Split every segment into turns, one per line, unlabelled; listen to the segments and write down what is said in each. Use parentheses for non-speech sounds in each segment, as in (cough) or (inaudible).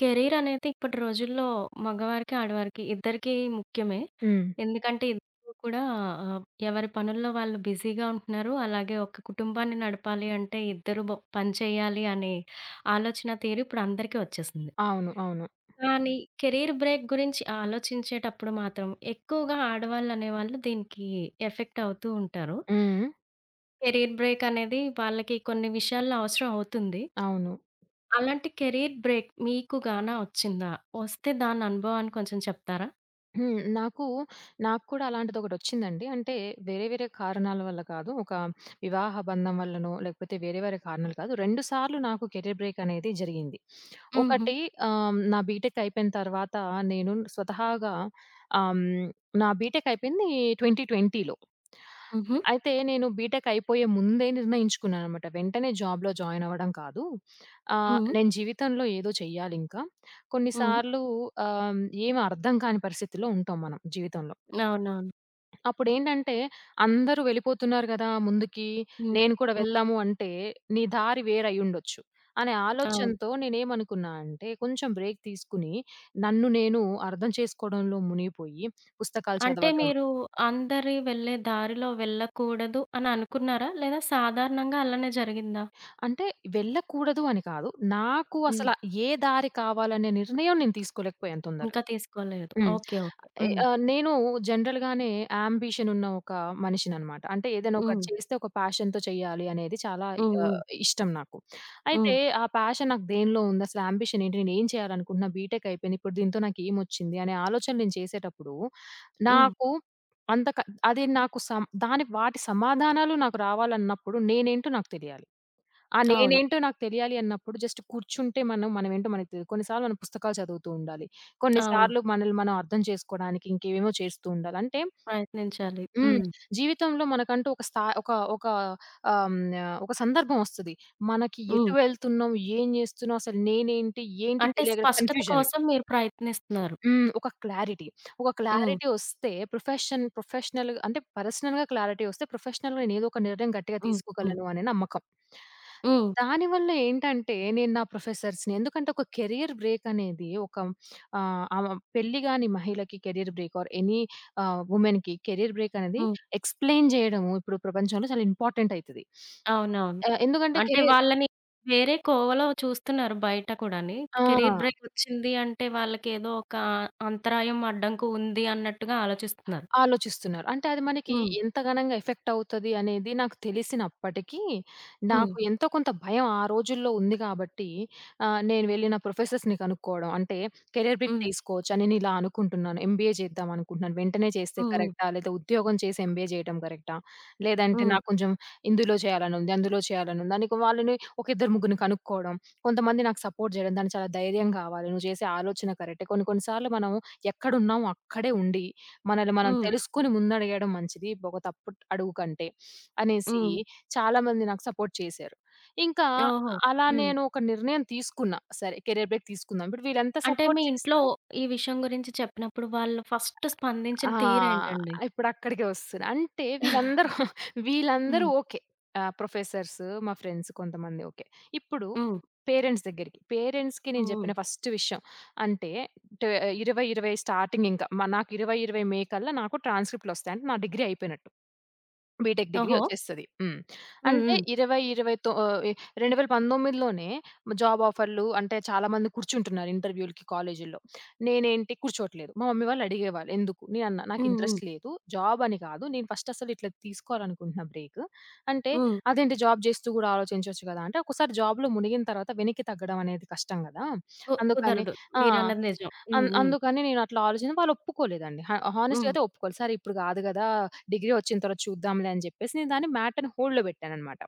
Career అనేది ఇప్పటి రోజుల్లో మగవారికి, ఆడవారికి ఇద్దరికీ ముఖ్యమే.
హ్మ్.
ఎందుకంటే ఇద్దరూ కూడా ఆహ్, ఎవరి పనుల్లో వాళ్ళు బిజీగా ఉంటున్నారు. అలాగే ఒక కుటుంబాన్ని నడపాలి అంటే ఇద్దరు పని చేయాలి అనే ఆలోచన తీరు ఇప్పుడు అందరికీ వచ్చేసింది.
అవును. అవును.
కానీ కెరీర్ బ్రేక్ గురించి ఆలోచించేటప్పుడు మాత్రం ఎక్కువగా ఆడవాళ్ళు అనేవాళ్ళు దీనికి ఎఫెక్ట్ అవుతూ ఉంటారు.
హ్మ్.
కెరీర్ బ్రేక్ అనేది వాళ్ళకి కొన్ని విషయాల్లో అవసరం అవుతుంది.
అవును.
అలాంటి కెరీర్ బ్రేక్ మీకు గాన వచ్చిందా? వస్తే దాని అనుభవాన్ని కొంచెం చెప్తారా?
హ్మ్. నాకు కూడా అలాంటిదొకటొచ్చిందండి. అంటే వేరే వేరే కారణాల వల్ల కాదు. ఒక వివాహ బంధం వల్లనో, లేకపోతే వేరే వేరే కారణాలు కాదు. 2 సార్లు నాకు కెరీర్ బ్రేక్ అనేది జరిగింది.
హుహు.
ఒకటి, నా బీటెక్ అయిపోయిన తర్వాత నేను స్వతహాగా, ఆహ్, హ్మ్, నా బీటెక్ అయిపోయింది 2020లో.
హుహు.
అయితే నేను బీటెక్ అయిపోయే ముందే నిర్ణయించుకున్నాననమాట. వెంటనే జాబ్‌లో జాయిన్ అవ్వడం కాదు.
హ్మ్.
నేను జీవితంలో ఏదో చెయ్యాలింకా.
హ్మ్.
కొన్నిసార్లు ఆహ్, ఏమి అర్థం కాని పరిస్థితిలో ఉంటాం మనం జీవితంలో.
అవునవును.
అప్పుడేంటంటే, అందరూ వెళ్ళిపోతున్నారు గదా! ముందుకి.
హ్మ్.
నేను కూడా
హ్మ్.
వెళ్దాము అంటే, నీ దారి వేరయ్యుండొచ్చు. అనే
అవును.
ఆలోచనతో నేనేమనుకున్నా అంటే, కొంచెం బ్రేక్ తీసుకుని, నన్ను నేను అర్థం చేసుకోవడంలో మునిగిపోయి, పుస్తకాలు
అంటే
చదవటం.
మీరు అందరి వెళ్ళే దారిలో వెళ్ళకూడదు అని అనుకున్నారా? లేదా సాధారణంగా అలానే జరిగిందా?
అంటే వెళ్ళకూడదు అని కాదు. నాకు
హ్మ్.
అసల, ఏ దారి కావాలనే నిర్ణయం నేను తీసుకోలేకపోయాను
ఇంకా
తొందరగా.
తీసుకోలేదు.
హ్మ్.
ఓకే. ఓకే. హ్మ్.
నేను జనరల్‌గానే యాంబిషన్ ఉన్న ఒక మనిషిననమాట. అంటే ఏదైనా ఒకటి
హ్మ్.
చేస్తే ఒక ప్యాషన్‌తో చేయాలి అనేది చాలా
హ్మ్.
ఆహ్,
హ్మ్.
ఇష్టం నాకు. అయితే
హ్మ్.
ఆ ప్యాషన్ నాకు దేనిలో ఉంది? అసలు యాంబిషన్ ఏంటి? నేను ఏం చేయాలనుకుంటున్నా? బీటెక్ అయిపోయింది. ఇప్పుడు దీంతో నాకేమొచ్చింది? అనే ఆలోచన నేను చేసేటప్పుడు
హ్మ్.
నాకు అంత క అది నాకు దాని వాటి సమాధానాలు నాకు రావాలన్నప్పుడు నేనేంటో నాకు తెలియాలి. ఆ!
అవును.
నేనేంటో నాకు తెలియాలి అన్నప్పుడు జస్ట్ కూర్చుంటే మనం మనమేంటో మనకు తెలీదు. కొన్నిసార్లు మనం పుస్తకాలు చదువుతూ ఉండాలి.
అవును.
కొన్నిసార్లు మనల్ని మనం అర్థం చేసుకోవడానికి ఇంకేవేమో చేస్తూ ఉండాలి. అంటే
ప్రయత్నించాలి.
హ్మ్.
హ్మ్.
జీవితంలో మనకంటూ ఒక ఆహ్, హ్మ్. ఒక సందర్భం వస్తది. మనకి
హ్మ్.
ఎటు వెళ్తున్నాం? ఏం చేస్తున్నాం? అసలు నేనేంటి? ఏంటి
అంటే
తెలియక
స్పష్టత
కన్‌ఫ్యూజన్.
కోసం మీరు ప్రయత్నిస్తున్నారు.
హ్మ్. ఒక క్లారిటీ. ఒక
హ్మ్.
క్లారిటీ ఒస్తే ప్రొఫెషనల్ అంటే పర్సనల్‌గా క్లారిటీ ఒస్తే ప్రొఫెషనల్‌గా నేనేదో ఒక నిర్ణయం గట్టిగా
హ్మ్. హ్మ్.
తీసుకోగలను అనే నమ్మకం.
హ్మ్.
దానివల్ల ఏంటంటే నేను నా ప్రొఫెసర్స్‌ని, ఎందుకంటే ఒక కెరియర్ బ్రేక్ అనేది ఒక ఆహ్, ఆమ పెళ్లి గాని మహిళకి కెరియర్ బ్రేక్ ఆర్ ఎనీ, వుమెన్‌కి కెరియర్ బ్రేక్ అనేది
హ్మ్.
ఎక్స్‌ప్లెయిన్ జేయడము ఇప్పుడు ప్రపంచంలో చాలా ఇంపార్టెంట్ అయితది.
అవునవును.
ఎందుకంటే
అంటే
కెరియర్,
వాళ్ళని వేరే కోవలో చూస్తున్నారు బయట కూడాని. కెరీర్
ఆ!
బ్రేక్ వచ్చింది అంటే వాళ్ళకేదో ఒక అంతరాయం, అడ్డంకు ఉంది అన్నట్టుగా ఆలోచిస్తున్నారు.
ఆలోచిస్తున్నారు. అంటే అది మనకి
హ్మ్.
ఎంత ఘనంగా ఎఫెక్ట్ అవుతది అనేది నాకు తెలిసినప్పటికీ,
హ్మ్.
నాకు ఎంతో కొంత భయం ఆ రోజుల్లో ఉంది కాబట్టి, నేను వెళ్ళి నా ప్రొఫెసర్స్‌ని కనుక్కోవడం. అంటే కెరియర్ బ్రేక్
హ్మ్.
తీసుకోవచ్చా? నేను ఇలా అనుకుంటున్నాను. ఎంబీఏ చేద్దాం అనుకుంటున్నాను. వెంటనే చేస్తే
హ్మ్.
కరెక్టా? లేదా ఉద్యోగం చేసి ఎంబీఏ చేయడం కరెక్టా? లేదంటే
హ్మ్.
నాకు కొంచెం ఇందులో చేయాలని ఉంది, అందులో చేయాలని ఉంది అని వాళ్ళని ఒక ఇద్దరు ముగ్గురిని కనుక్కోవడం. కొంతమంది నాకు సపోర్ట్ చేయడం. దానికి చాలా ధైర్యం కావాలి. నువ్వు చేసే ఆలోచన కరెక్టే. కొన్ని కొన్ని సార్లు మనం ఎక్కడున్నామో అక్కడే ఉండి మనల్ని మనం
హ్మ్.
తెలుసుకొని ముందడగేయడం మంచిది. ఒక తప్పు అడుగు కంటే అనేసి
హ్మ్.
చాలామంది నాకు సపోర్ట్ చేశారు. ఇంకా
ఓహో!
అలా
హ్మ్.
నేను ఒక నిర్ణయం తీసుకున్నా. సరే, కెరియర్ బ్రేక్ తీసుకుందాం. ఇప్పుడు వీళ్ళెంత
అంటే
సపోర్ట్
మీ ఇంట్లో
చేసినా,
ఈ విషయం గురించి చెప్పినప్పుడు వాళ్ళు ఫస్ట్
ఆ!
స్పందించిన తీరేంటండి?
ఇప్పుడక్కడికే వస్తున్నా. అంటే
హ్మ్.
వీళ్ళందరూ (laughs) వీళ్ళందరూ
హ్మ్.
ఓకే. ప్రొఫెసర్స్, మా ఫ్రెండ్స్ కొంతమంది ఓకే. ఇప్పుడు
హ్మ్.
పేరెంట్స్ దగ్గరికి. పేరెంట్స్‌కి నేను
హ్మ్.
జెప్పిన ఫస్ట్ విషయం అంటే టే 2020 స్టార్టింగ్ ఇంకా. నాకు 2020 మే కల్లా నాకు ట్రాన్స్‌క్రిప్ట్‌లొస్తాయి. అంటే నా డిగ్రీ అయిపోయినట్టు. బీటెక్ డిగ్రీ
ఓహో!
వచ్చేస్తది. హ్మ్.
హ్మ్.
అంటే
హ్మ్.
2020 తొ, 2019లోనే జాబ్ ఆఫర్‌లు అంటే చాలా మంది కూర్చుంటున్నారు ఇంటర్వ్యూ‌లకి కాలేజీల్లో. నేనేంటి కూర్చోట్లేదు. మా మమ్మీ వాళ్ళు అడిగేవాళ్ళు ఎందుకు? నేనన్నా నాకు
హ్మ్. హ్మ్.
ఇంట్రెస్ట్ లేదు. జాబ్ అని కాదు. నేను ఫస్ట్ అసలు ఇట్లా తీసుకోవాలనుకుంటున్నా బ్రేక్. అంటే
హ్మ్.
అదేంటి, జాబ్ చేస్తూ కూడా ఆలోచించొచ్చు కదా! అంటే ఒక్కసారి జాబ్‌లో మునిగిన తర్వాత వెనక్కి తగ్గడం అనేది కష్టం కదా!
కు
అందుకని
కుదరదు.
ఆ!
మీరన్నది నిజం. హ్మ్. హ్మ్.
అందుకని నేనట్లా ఆలోచించి వాళ్ళు ఒప్పుకోలేదండి. హానెస్ట్‌గా
హ్మ్.
అయితే ఒప్పుకోలేదు. సరే ఇప్పుడు గాదు గదా! డిగ్రీ వచ్చిన తర్వాత చూద్దాంలే అని జెప్పేసి నేను దాన్ని మ్యాటర్‌ని హోల్డ్‌లో పెట్టాననమాట.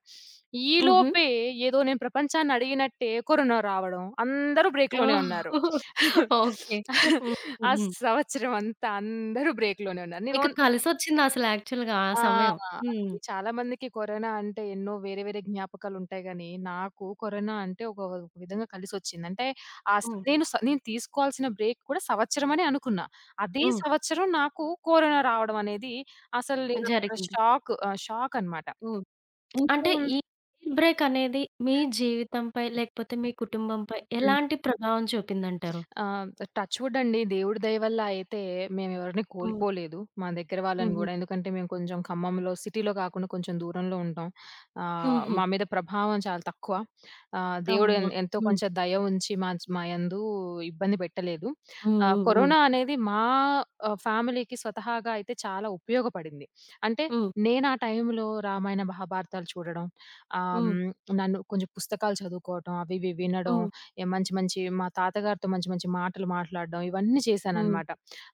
ఈ
హుహు.
లోపే ఏదో నేను ప్రపంచాన్ని అడిగినట్టే కరోనా రావడం, అందరూ బ్రేక్‌లోనే
ఓహ్!
ఉన్నారు.
ఓకే. హ్మ్.
ఆ
హ్మ్.
సంవత్సరం అంతా అందరూ బ్రేక్‌లోనే ఉన్నారు. నేను,
మీకు కలిసొచ్చిందాసలు యాక్చువల్‌గా ఆ
ఆ!
సమయం? హ్మ్.
అది చాలా మందికి కరోనా అంటే ఎన్నో వేరే వేరే జ్ఞాపకాలుంటాయి గానీ, నాకు కరోనా అంటే ఒక ఒక విధంగా కలిసొచ్చింది. అంటే ఆస్
హ్మ్.
నేను స నేను తీసుకోవాల్సిన బ్రేక్ కూడా సంవత్సరం అనే అనుకున్నా. అదే
హ్మ్.
సంవత్సరం నాకు కరోనా రావడం అనేది అసలు
జరిగింది.
షాక్. షాక్ అనమాట.
హ్మ్. అంటే ఈ
ఇంకేముంది.
బ్రేక్ అనేది మీ జీవితంపై లేకపోతే మీ కుటుంబంపై
హ్మ్.
ఎలాంటి ప్రభావం చూపిందంటారు?
ఆహ్, టచ్ వుడ్ అండి. దేవుడి దయ వల్ల అయితే మేమెవరిని
హ్మ్.
కోల్పోలేదు. మా దగ్గర వాళ్ళని
హుహు.
గూడా. ఎందుకంటే మేము కొంచెం ఖమ్మంలో సిటీలో కాకుండా కొంచెం దూరంలో ఉంటాం.
హుహు.
మా మీద ప్రభావం చాలా తక్కువ. దేవుడు
అమ్మా!
ఎంతో
హ్మ్.
కొంచెం దయ ఉంచి మా, మా యందు ఇబ్బంది పెట్టలేదు.
హ్మ్. హ్మ్. హ్మ్.
కరోనా అనేది మా ఫ్యామిలీకి స్వతహాగా అయితే చాలా ఉపయోగపడింది. అంటే
హ్మ్.
నేను ఆ టైంలో రామాయణ మహాభారతాలు చూడడం, ఆహ్,
హ్మ్.
హ్మ్, నన్ను కొంచెం పుస్తకాలు చదువుకోవటం, అవి ఇవి వినడం,
హ్మ్.
యాహ్, మంచి మంచి మా తాతగారితో మంచి మంచి మాటలు మాట్లాడడం, ఇవన్నీ
హ్మ్.
చేశాననమాట.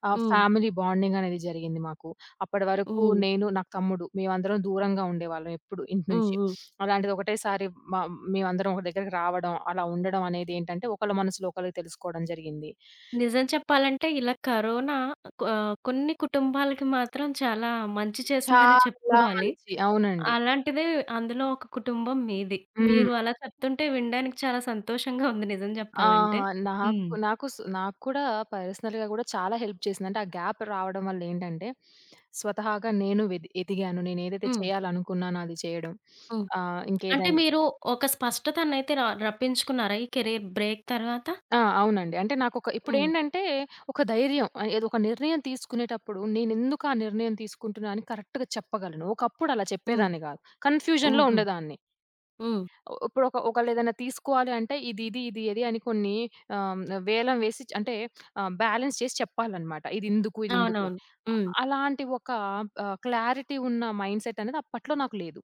ఫ్యామిలీ బాండింగ్ అనేది జరిగింది మాకు. అప్పటి వరకు
హ్మ్.
నేను, నాకు తమ్ముడు మేమందరం దూరంగా ఉండేవాళ్ళం ఎప్పుడు ఇంటి
హ్మ్.
నుంచి.
హ్మ్.
అలాంటిది ఒకటేసారి మ మేమందరం ఒక దగ్గరికి రావడం, అలా ఉండడం అనేది ఏంటంటే ఒకళ్ళ మనసులో ఒకళ్ళకి తెలుసుకోవడం జరిగింది.
నిజం చెప్పాలంటే ఇలా కరోనా కొ కొన్ని కుటుంబాలకి మాత్రం చాలా మంచి చేసిందనే
చాలా
చెప్పుకోవాలి.
మంచి అవునండి.
అలాంటిదే అందులో ఒక కుటుంబం మీది.
హ్మ్.
మీరు అలా చెప్తుంటే వినడానికి చాలా సంతోషంగా ఉంది నిజం
ఆ!
జెప్పాలంటే. హ్మ్.
నాకు నాకు స్ నాకు కూడా పర్సనల్‌గా గూడా చాలా హెల్ప్ చేసింది. అంటే ఆ గ్యాప్ రావడం వల్ల ఏంటంటే, స్వతహాగా నేను ఎదిగాను. నేనేదైతే
హ్మ్.
చేయాలనుకున్నానో అది చేయడం.
హ్మ్. అంటే
ఇంకేదైనా,
మీరు ఒక స్పష్టతనైతే రప్పించుకున్నారా ఈ కెరీర్ బ్రేక్ తర్వాత?
ఆ! అవునండి. అంటే నాకొక
హ్మ్.
ఇప్పుడేంటంటే ఒక ధైర్యం. ఏదో ఒక నిర్ణయం తీసుకునేటప్పుడు నేనెందుకు ఆ నిర్ణయం తీసుకుంటున్నా అని కరెక్ట్‌గా చెప్పగలను. ఒకప్పుడు అలా
హ్మ్.
చెప్పేదాన్ని గాదు. కన్‌ఫ్యూజన్‌లో
హుహు.
ఉండేదాన్ని.
హ్మ్.
ఇప్పుడు ఒక ఒకళ్ళేదైనా తీసుకోవాలి అంటే ఇది, ఇది, ఇది, ఇది అని కొన్ని ఆహ్, వేలం వేసి అంటే బ్యాలెన్స్ చేసి చెప్పాలనమాట. ఇది ఇందుకు, ఇది ఇందుకు అని.
అవునవును.
అ
హ్మ్.
అలాంటి ఒక క్లారిటీ ఉన్న మైండ్‌సెట్ అనేది అప్పట్లో నాకు లేదు.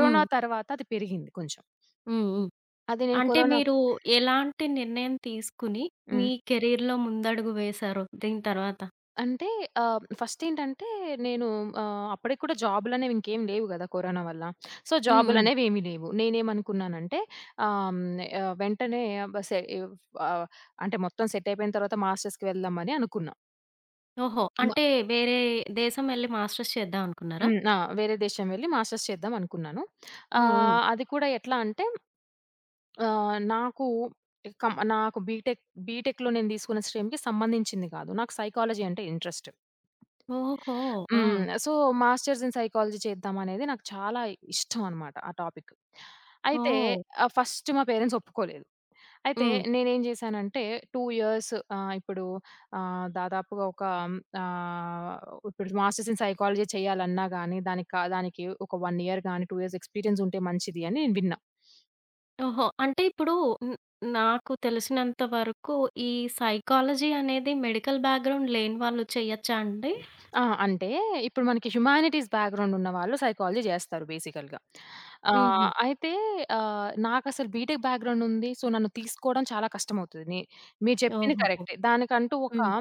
హ్మ్.
తర్వాత అది పెరిగింది కొంచెం.
హ్మ్. హ్మ్.
అది నేను
అంటే
కరోనా.
మీరు ఎలాంటి నిర్ణయం తీసుకుని మీ
హ్మ్.
కెరీర్‌లో ముందడుగు వేశారు దీని తర్వాత?
అంటే ఫస్టేంటంటే నేను అప్పటికి కూడా జాబులనేవి ఇంకేమి లేవు గదా! కరోనా వల్ల. సో,
హ్మ్. హ్మ్.
జాబులనేవేమి లేవు. నేనేమనుకున్నానంటే వెంటనే బ సె ఆహ్, అంటే మొత్తం సెట్టయిపోయిన తర్వాత మాస్టర్స్‌కి వెళ్దామని అనుకున్నా.
ఓహో!
మ
అంటే వేరే దేశం ఎళ్లి మాస్టర్స్ చేద్దాం అనుకున్నారా?
హ్మ్. ఆ! వేరే దేశం వెళ్లి మాస్టర్స్ చేద్దాం అనుకున్నాను.
హ్మ్. హ్మ్.
అది కూడా ఎట్లా అంటే నాకు నాకు బీటెక్‌లో నేను తీసుకున్న స్ట్రీమ్‌కి సంబంధించింది కాదు. నాకు సైకాలజీ అంటే ఇంట్రెస్ట్.
ఓహో! ఆ!
హ్మ్. సో, మాస్టర్స్ ఇన్ సైకాలజీ చేద్దామనేది నాకు చాలా ఇష్టం అనమాట ఆ టాపిక్. అయితే
ఓహ్!
ఫస్ట్ మా పేరెంట్స్ ఒప్పుకోలేదు. అయితే
హ్మ్.
నేనేం చేశానంటే 2 ఇయర్స్ ఆహ్, ఇప్పుడు ఆహ్, దాదాపుగా ఒక ఆహ్, ఇప్పుడు మాస్టర్స్ ఇన్ సైకాలజీ చేయాలన్నా గాని దానికి దానికి ఒక 1 ఇయర్ గాని, 2 ఇయర్స్ ఎక్స్‌పీరియన్స్ ఉంటే మంచిది అని నేను విన్నా.
ఓహో! అంటే ఇప్పుడు న్ నాకు తెలిసినంత వరకు ఈ సైకాలజీ అనేది మెడికల్ బ్యాక్‌గ్రౌండ్ లేని వాళ్ళు చెయ్యొచ్చా అండి?
ఆ! అంటే ఇప్పుడు మనకి హ్యుమానిటీస్ బ్యాక్‌గ్రౌండ్ ఉన్నవాళ్ళు సైకాలజీ జేస్తారు బేసికల్‌గా. హ్మ్.
హుహు.
అయితే నాకసలు బీటెక్ బ్యాక్‌గ్రౌండ్ ఉంది. సో, నన్ను తీసుకోవడం చాలా కష్టమవుతది. మీరు చెప్పింది
ఓహోహో!
కరెక్టే. దానికంటూ ఒక,
హ్మ్.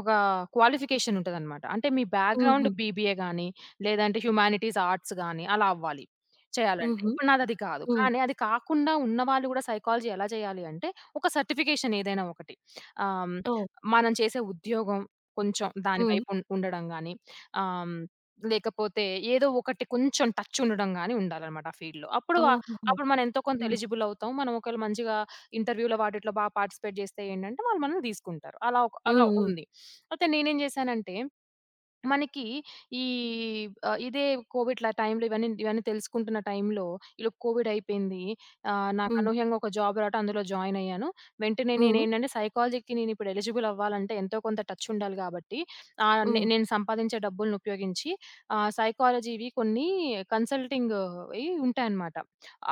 ఒక క్వాలిఫికేషన్ ఉంటదనమాట. అంటే మీ బ్యాక్‌గ్రౌండ్
హుహు.
హ్మ్. బీబీఏ గాని, లేదంటే హ్యుమానిటీస్, ఆర్ట్స్ గాని అలా అవ్వాలి. చేయాలంటే.
హుహు.
ఇప్పుడు నాదది కాదు.
హ్మ్.
కానీ అది కాకుండా ఉన్నవాళ్ళు గూడా సైకాలజీ ఎలా చేయాలి అంటే, ఒక సర్టిఫికేషన్ ఏదైనా ఒకటి. ఆహ్,
ఓహ్!
మనం చేసే ఉద్యోగం కొంచెం దాని
హ్మ్.
వైపు ఉండడం గాని, ఆహ్, హ్మ్, లేకపోతే ఏదో ఒకటి కొంచెం టచ్ ఉండడం గాని ఉండాలనమాట ఆ ఫీల్డ్‌లో. అప్పుడు
ఓహోహో!
అప్పుడు మనం ఎంతో కొంత
హ్మ్.
ఎలిజిబుల్ అవుతాం. మనం ఒకవేళ మంచిగా ఇంటర్వ్యూలో వాటిట్లో పార్టిసిపేట్ చేస్తే ఏంటంటే, వాళ్ళు మనల్ని తీసుకుంటారు. అలా ఒక అలా
హ్మ్. హ్మ్.
ఉంది. అయితే నేనేం చేశానంటే మనకి ఈ ఇదే కోవిడ్‌ల టైంలో ఇవన్నీ ఇవన్నీ తెలుసుకుంటున్న టైంలో ఈలోపు కోవిడ్ అయిపోయింది. నాకు
హ్మ్.
అనూహ్యంగా ఒక జాబ్ రావటం, అందులో జాయిన్ అయ్యాను. వెంటనే
హ్మ్.
నేనేంటంటే సైకాలజీకి నేను ఇప్పుడు ఎలిజిబుల్ అవ్వాలంటే ఎంతో కొంత టచ్ ఉండాలి కాబట్టి ఆహ్, నే
హ్మ్.
నేను సంపాదించే డబ్బుల్ని ఉపయోగించి సైకాలజీవి కొన్ని కన్సల్టింగ్‌వి ఉంటాయన్నమాట.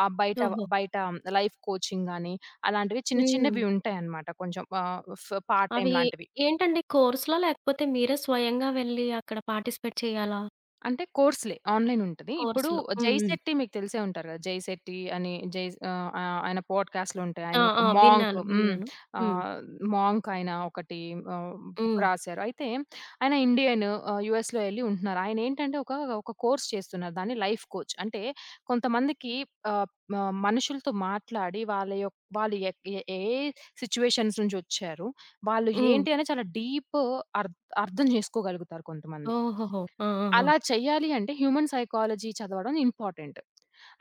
ఆహ్, బయట
ఓహో!
బయట లైఫ్ కోచింగ్ గాని అలాంటివి చిన్న
హ్మ్.
చిన్నవి ఉంటాయన్నమాట. కొంచెం ఆహ్, ఫ్ పార్ట్ టైమ్
అవి
లాంటివి.
ఏంటండి కోర్స్‌లా? లేకపోతే మీరే స్వయంగా వెళ్లి అక్కడ పార్టిసిపేట్ చేయాలా?
అంటే కోర్స్‌లే. ఆన్‌లైన్ ఉంటది. ఇప్పుడు
కోర్స్‌లు. హ్మ్.
జై
హ్మ్.
శెట్టి మీకు తెలిసే ఉంటారు కదా! జై శెట్టి అని జై ఆహ్, ఆహ్, ఆయన పాడ్‌కాస్ట్‌లు ఉంటాయి.
ఆ!
ఆయన ఒక
ఆ!
మాంక్.
విన్నాను.
హ్మ్.
విన్నాను. హ్మ్.
ఆహ్, మాంక్ ఆయన ఒకటి ఆహ్, బుక్
హ్మ్.
రాసారు. అయితే ఆయన ఇండియన్, యూఎస్‌లో ఎళ్లి ఉంటున్నారు. ఆయన ఏంటంటే ఒక, ఒక కోర్స్ చేస్తున్నారు. దాన్ని లైఫ్ కోచ్. అంటే కొంతమందికి ఆహ్, మ మనుషులతో మాట్లాడి వాళ్ళ యొక్క వాళ్ళు ఎ ఎ ఏ సిట్యుయేషన్స్ నుంచి వచ్చారు. వాళ్ళు
హ్మ్.
ఏంటి అని చాలా డీప్ అర్ అర్థం చేసుకోగలుగుతారు కొంతమంది.
ఓహోహో! ఆ! ఆ! ఆ!
అలా చెయ్యాలి అంటే హ్యూమన్ సైకాలజీ చదవడం ఇంపార్టెంట్.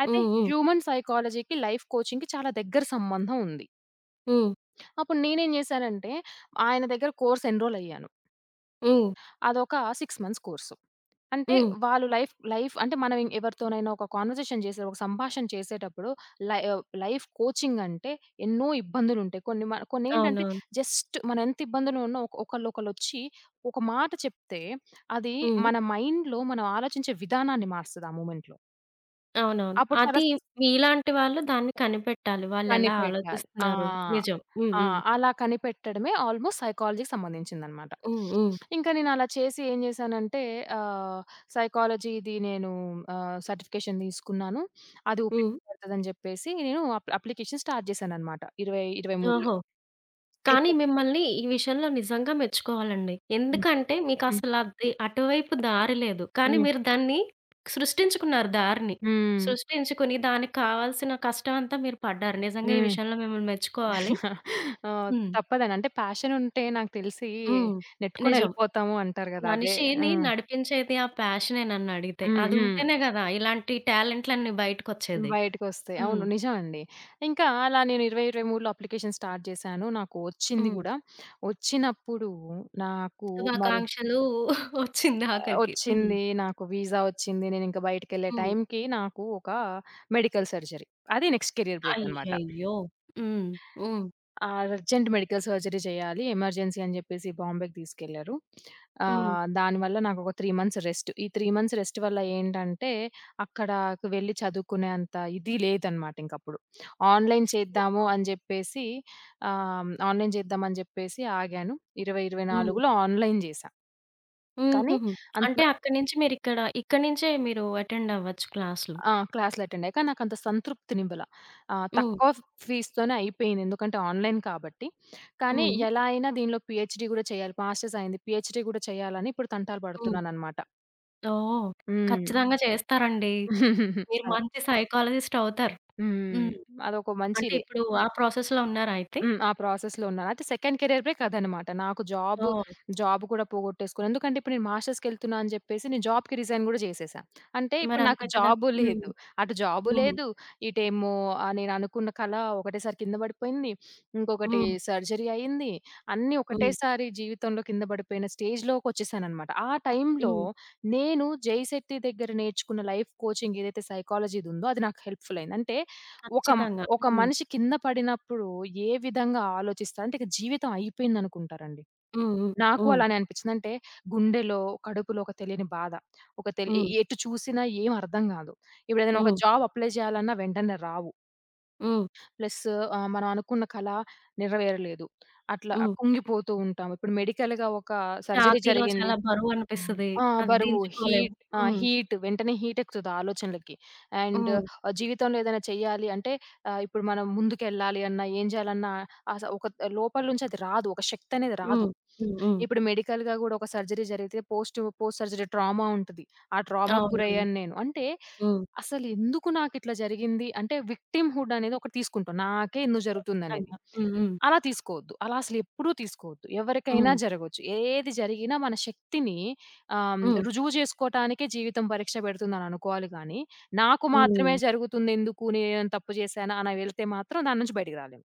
అయితే
హ్మ్. హ్మ్.
హ్యూమన్ సైకాలజీకి, లైఫ్ కోచింగ్‌కి చాలా దగ్గర సంబంధం ఉంది.
హ్మ్.
అప్పుడు నేనేం జేశానంటే ఆయన దగ్గర కోర్స్ ఎన్రోల్ అయ్యాను.
హ్మ్.
అదొక 6 మంత్స్ కోర్సు. అంటే
హ్మ్.
వాళ్ళు లైఫ్ లైఫ్ అంటే మనం ఎవరితోనైనా ఒక కన్వర్జేషన్ చేసే, ఒక సంభాషణ చేసేటప్పుడు లైఫ్ కోచింగ్ అంటే ఎన్నో ఇబ్బందులుంటాయి. కొన్ని మ కొన్నేంటంటే
అవునవును.
జస్ట్ మనం ఎంత ఇబ్బందులో ఉన్నా ఒక ఒకళ్ళొకళ్ళొచ్చి ఒక మాట చెప్తే అది
హ్మ్.
మన మైండ్‌లో మనం ఆలోచించే విధానాన్ని మారుస్తది ఆ మూమెంట్‌లో.
అవునవును.
అప్పుడు చాలా.
అది మీలాంటి వాళ్ళు దాన్ని కనిపెట్టాలి. వాళ్ళెలా
కనిపెట్టాలి. ఆ!
ఆలోచిస్తున్నారు. నిజం. హ్మ్.
ఆ!
హ్మ్.
అలా కనిపెట్టడమే ఆల్‌మోస్ట్ సైకాలజీకి సంబంధించిందనమాట.
హ్మ్. హ్మ్.
ఇంకా నేను అలా చేసి ఏం చేశానంటే ఆహ్, సైకాలజీది నేను సర్టిఫికేషన్ తీసుకున్నాను. అది
హ్మ్.
ఉపయోగపడతదని చెప్పేసి నేను అప్లికేషన్ స్టార్ట్ చేశాననమాట 2023లో.
ఓహో! కానీ
అయితే
మిమ్మల్ని ఈ విషయంలో నిజంగా మెచ్చుకోవాలండి.
హ్మ్.
ఎందుకంటే
హ్మ్.
మీకసలు అది అటువైపు దారి లేదు. కానీ
హ్మ్.
మీరు దాన్ని సృష్టించుకున్నారు దారిని.
హ్మ్.
సృష్టించుకుని దానికి కావాల్సిన కష్టం అంతా మీరు పడ్డారు. నిజంగా ఈ
హ్మ్.
విషయంలో మిమ్మల్ని మెచ్చుకోవాలి.
(laughs)
హ్మ్.
తప్పదండి. అంటే ప్యాషన్ ఉంటే నాకు తెలిసి
హ్మ్.
నెట్టుకొని
నిజం.
ఎళ్ళిపోతాము అంటారు కదా! అదే.
మనిషిని
హ్మ్.
నడిపించేది ఆ ప్యాషనే నన్నడిగితే.
హ్మ్. హ్మ్.
అదుంటేనే గదా! ఇలాంటి టాలెంట్‌లన్నీ బయటకొచ్చేది.
బయటకొస్తాయి.
హ్మ్.
అవును. నిజమండి. ఇంకా అలా నేను 2023లో అప్లికేషన్ స్టార్ట్ చేశాను. నాకు వచ్చింది
హ్మ్.
గూడా. వచ్చినప్పుడు నాకు, మరి
శుభాకాంక్షలు (laughs) ఒచ్చింది ఆఖరికి. హ్మ్.
వచ్చింది. నాకు వీసా వచ్చింది. నేనింక బయటికెళ్ళే
హ్మ్.
టైంకి నాకు ఒక మెడికల్ సర్జరీ. అది నెక్స్ట్ కెరియర్ బ్రేక్ అన్నమాట.
అయ్యయ్యో! హ్మ్. హ్మ్.
ఆ! అర్జెంట్ మెడికల్ సర్జరీ చేయాలి. ఎమర్జెన్సీ అని చెప్పేసి బాంబేకి తీసుకెళ్లారు.
హ్మ్.
దానివల్ల నాకొక 3 మంత్స్ రెస్ట్. ఈ 3 మంత్స్ రెస్ట్ వల్ల ఏంటంటే, అక్కడకు వెళ్లి చదువుకునే అంత ఇది లేదనమాట ఇంకప్పుడు. ఆన్‌లైన్ చేద్దాము అని చెప్పేసి ఆహ్, ఆన్‌లైన్ చేద్దామని చెప్పేసి ఆగాను. 20,
హ్మ్.
24లో ఆన్‌లైన్ చేశా. కానీ
హుహుహు.
అంత,
అంటే అక్కడి నుంచి మీరిక్కడ ఇక్కడి నుంచే మీరు అటెండ్ అవ్వచ్చు క్లాసులు.
ఆ! క్లాస్‌లు అటెండయ్యా. కానీ నాకంత సంతృప్తినివ్వల.
హ్మ్.
తక్కువ ఫీస్‌తోనే అయిపోయింది. ఎందుకంటే ఆన్‌లైన్ కాబట్టి. కానీ
హ్మ్.
ఎలా అయినా దీనిలో పీహెచ్‌డీ గూడా చేయాలి. మాస్టర్స్ అయింది. పీహెచ్‌డీ గూడా చేయాలని ఇప్పుడు తంటాలు
హ్మ్.
పడుతున్నాననమాట.
ఓహ్!
హ్మ్.
ఖచ్చితంగా చేస్తారండి.
(laughs)
మీరు
అలా.
మంచి సైకాలజిస్ట్ అవుతారు.
హ్మ్.
హ్మ్.
అదొక
అంటే
మంచిది.
ఇప్పుడు ఆ ప్రాసెస్‌లో ఉన్నారా అయితే?
హ్మ్. ఆ ప్రాసెస్‌లో ఉన్నాను. అయితే సెకండ్ కేరియర్ బ్రేక్ అదనమాట. నాకు జాబ్,
ఓహ్!
జాబ్ కూడా పోగొట్టేసుకున్నాను. ఎందుకంటే ఇప్పుడు నేను మాస్టర్స్‌కెళ్తున్నా అని చెప్పేసి నేను జాబ్‌కి రిజైన్ గూడా చేసేసా. అంటే ఇప్పుడు నాకు
మరంతే కదా!
జాబు
హ్మ్.
లేదు. అటు జాబు
హ్మ్.
లేదు. ఇటేమో నేను అనుకున్న కళ ఒకటేసారి కింద పడిపోయింది. ఇంకొకటి
హ్మ్.
సర్జరీ అయింది. అన్నీ
హ్మ్.
ఒకటేసారి జీవితంలో కింద పడిపోయిన స్టేజ్‌లోకొచ్చేసాననమాట. ఆ టైంలో
హ్మ్.
నేను జై శెట్టి దగ్గర నేర్చుకున్న లైఫ్ కోచింగ్ ఏదైతే సైకాలజీదుందో అది నాకు హెల్ప్‌ఫుల్ అయింది. అంటే ఒక మ్
ఖచ్చితంగా.
ఒక
హ్మ్.
మనిషి కింద పడినప్పుడు ఏ విధంగా ఆలోచిస్తారు? అంటే ఇక జీవితం అయిపోయిందనుకుంటారండి.
హ్మ్.
నాకు
హ్మ్.
అలానే అనిపిచ్చింది. అంటే గుండెలో, కడుపులో ఒక తెలియని బాధ. ఒక తెలి ఎ
హ్మ్.
ఎటు చూసినా ఏం అర్థం గాదు. ఇప్పుడేదైనా ఒక
హ్మ్.
జాబ్ అప్లై జేయాలన్నా వెంటనే రావు.
హ్మ్.
ప్లస్ మనం అనుకున్న కల నెరవేరలేదు. అట్లా
హ్మ్.
కుంగిపోతూ ఉంటాం. ఇప్పుడు మెడికల్‌గా ఒక సర్జరీ
ఛాతీలో
జరిగింది.
చాలా
హ్మ్.
బరువనిపిస్తది.
ఆ!
అది
బరువు,
దించుకోలేము.
హీట్, ఆ!
హ్మ్.
వెంటనే హీట్ ఎక్కుతది ఆలోచనలకి. అండ్
హ్మ్.
జీవితంలో ఏదైనా చేయాలి అంటే ఇప్పుడు మనం ముందుకెళ్ళాలి అన్నా, ఏం చేయాలన్నా ఒక లోపల నుంచి అది రాదు. ఒక శక్తి అనేది రాదు.
హ్మ్. హ్మ్. హ్మ్.
ఇప్పుడు మెడికల్‌గా కూడా ఒక సర్జరీ జరిగితే పోస్ట్ పోస్ట్ సర్జరీ ట్రామా ఉంటది. ఆ ట్రామాకి
అవునవును.
గురయ్యాను నేను. అంటే
హ్మ్.
అసలెందుకు నాకిట్లా జరిగింది అంటే విక్టిమ్‌హుడ్ అనేది ఒకటి తీసుకుంటాం. నాకే ఎందుకు జరుగుతుందనేది.
ఖచ్చితంగా. హ్మ్. హ్మ్.
అలా తీసుకోవద్దు. అలా అసలెప్పుడూ తీసుకోవద్దు. ఎవరికైనా
హ్మ్.
జరగొచ్చు. ఏది జరిగినా మన శక్తిని
హ్మ్.
రుజువు చేసుకోటానికే జీవితం పరీక్ష పెడుతుందని అనుకోవాలి గానీ, నాకు మాత్రమే
హ్మ్.
జరుగుతుందెందుకు, నేనేమైనా తప్పు చేశానా అని వెళ్తే మాత్రం దాని నుంచి బయటికి రాలేము.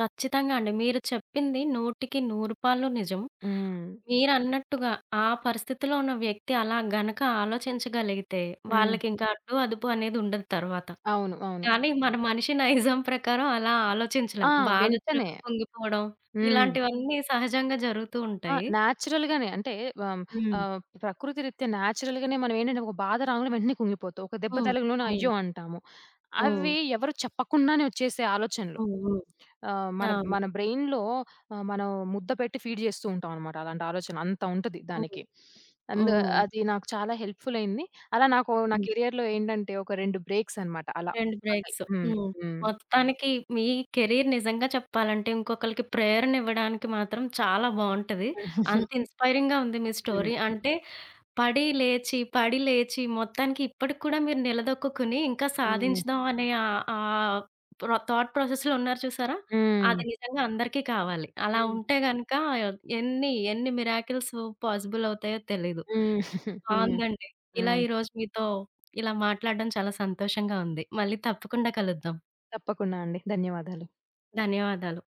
ఖచ్చితంగా అండి. మీరు చెప్పింది 100కి 100 నిజం.
హ్మ్.
మీరన్నట్టుగా ఆ పరిస్థితిలో ఉన్న వ్యక్తి అలా గనక ఆలోచించగలిగితే
హ్మ్.
వాళ్ళకింక అడ్డు, అదుపు అనేది ఉండదు తర్వాత.
అవును. అవును.
కానీ మన మనిషి నైజం ప్రకారం అలా ఆలోచించలేం.
ఆ! వెంటనే.
బాధొచ్చినప్పుడు పొంగిపోవడం,
హ్మ్.
ఇలాంటివన్నీ సహజంగా జరుగుతూ
ఆ!
ఉంటాయి.
న్యాచురల్‌గానే అంటే ఆహ్,
హ్మ్.
ఆహ్, ప్రకృతి రీత్యా న్యాచురల్‌గానే మనం ఏంటంటే ఒక బాధ రాంగానే వెంటనే కుంగిపోతాం. ఒక దెబ్బ
హ్మ్.
తగలంలోనే
హ్మ్.
అయ్యో! అంటాము.
హ్మ్.
అవి ఎవరు చెప్పకుండానే వచ్చేసే ఆలోచనలు.
హ్మ్. హ్మ్.
ఆహ్, మన
అవును.
మన బ్రెయిన్‌లో మనం ముద్ద పెట్టి ఫీడ్ చేస్తూ ఉంటాం అన్నమాట. అలాంటి ఆలోచన అంత ఉంటది
హ్మ్.
దానికి. అండ్
హ్మ్.
అది నాకు చాలా హెల్ప్‌ఫుల్ అయింది. అలా నాకు నా
హ్మ్.
కెరియర్‌లో ఏంటంటే ఒక 2 బ్రేక్స్ అన్నమాట అలా.
2
పడ్డాయి.
బ్రేక్స్.
హ్మ్.
హ్మ్.
హ్మ్.
మొత్తానికి మీ కెరీర్ నిజంగా చెప్పాలంటే ఇంకొకళ్ళకి ప్రేరణనివ్వడానికి మాత్రం చాలా బావుంటది.
హ్మ్.
అంత
(laughs)
ఇన్‌స్పైరింగ్‌గా ఉంది మీ స్టోరీ. అంటే పడి, లేచి, పడి, లేచి మొత్తానికి ఇప్పటికి కూడా మీరు నిలదొక్కుకుని ఇంకా
హ్మ్.
సాధించుదాం అనే ఆహ్, ఆహ్, ప్రొ థాట్ ప్రాసెస్‌లో ఉన్నారు చూసారా?
హ్మ్.
అది నిజంగా అందరికీ కావాలి. అలా
హ్మ్.
ఉంటే గనక ఎన్ని, ఎన్ని మిరాకిల్స్ పాసిబుల్ అవుతాయో తెలీదు.
హ్మ్. హ్మ్.
బావుందండి. ఇలా
హ్మ్.
ఈరోజు మీతో ఇలా మాట్లాడడం చాలా సంతోషంగా ఉంది. మళ్ళీ తప్పకుండా కలుద్దాం.
తప్పకుండా అండి. ధన్యవాదాలు.
ధన్యవాదాలు.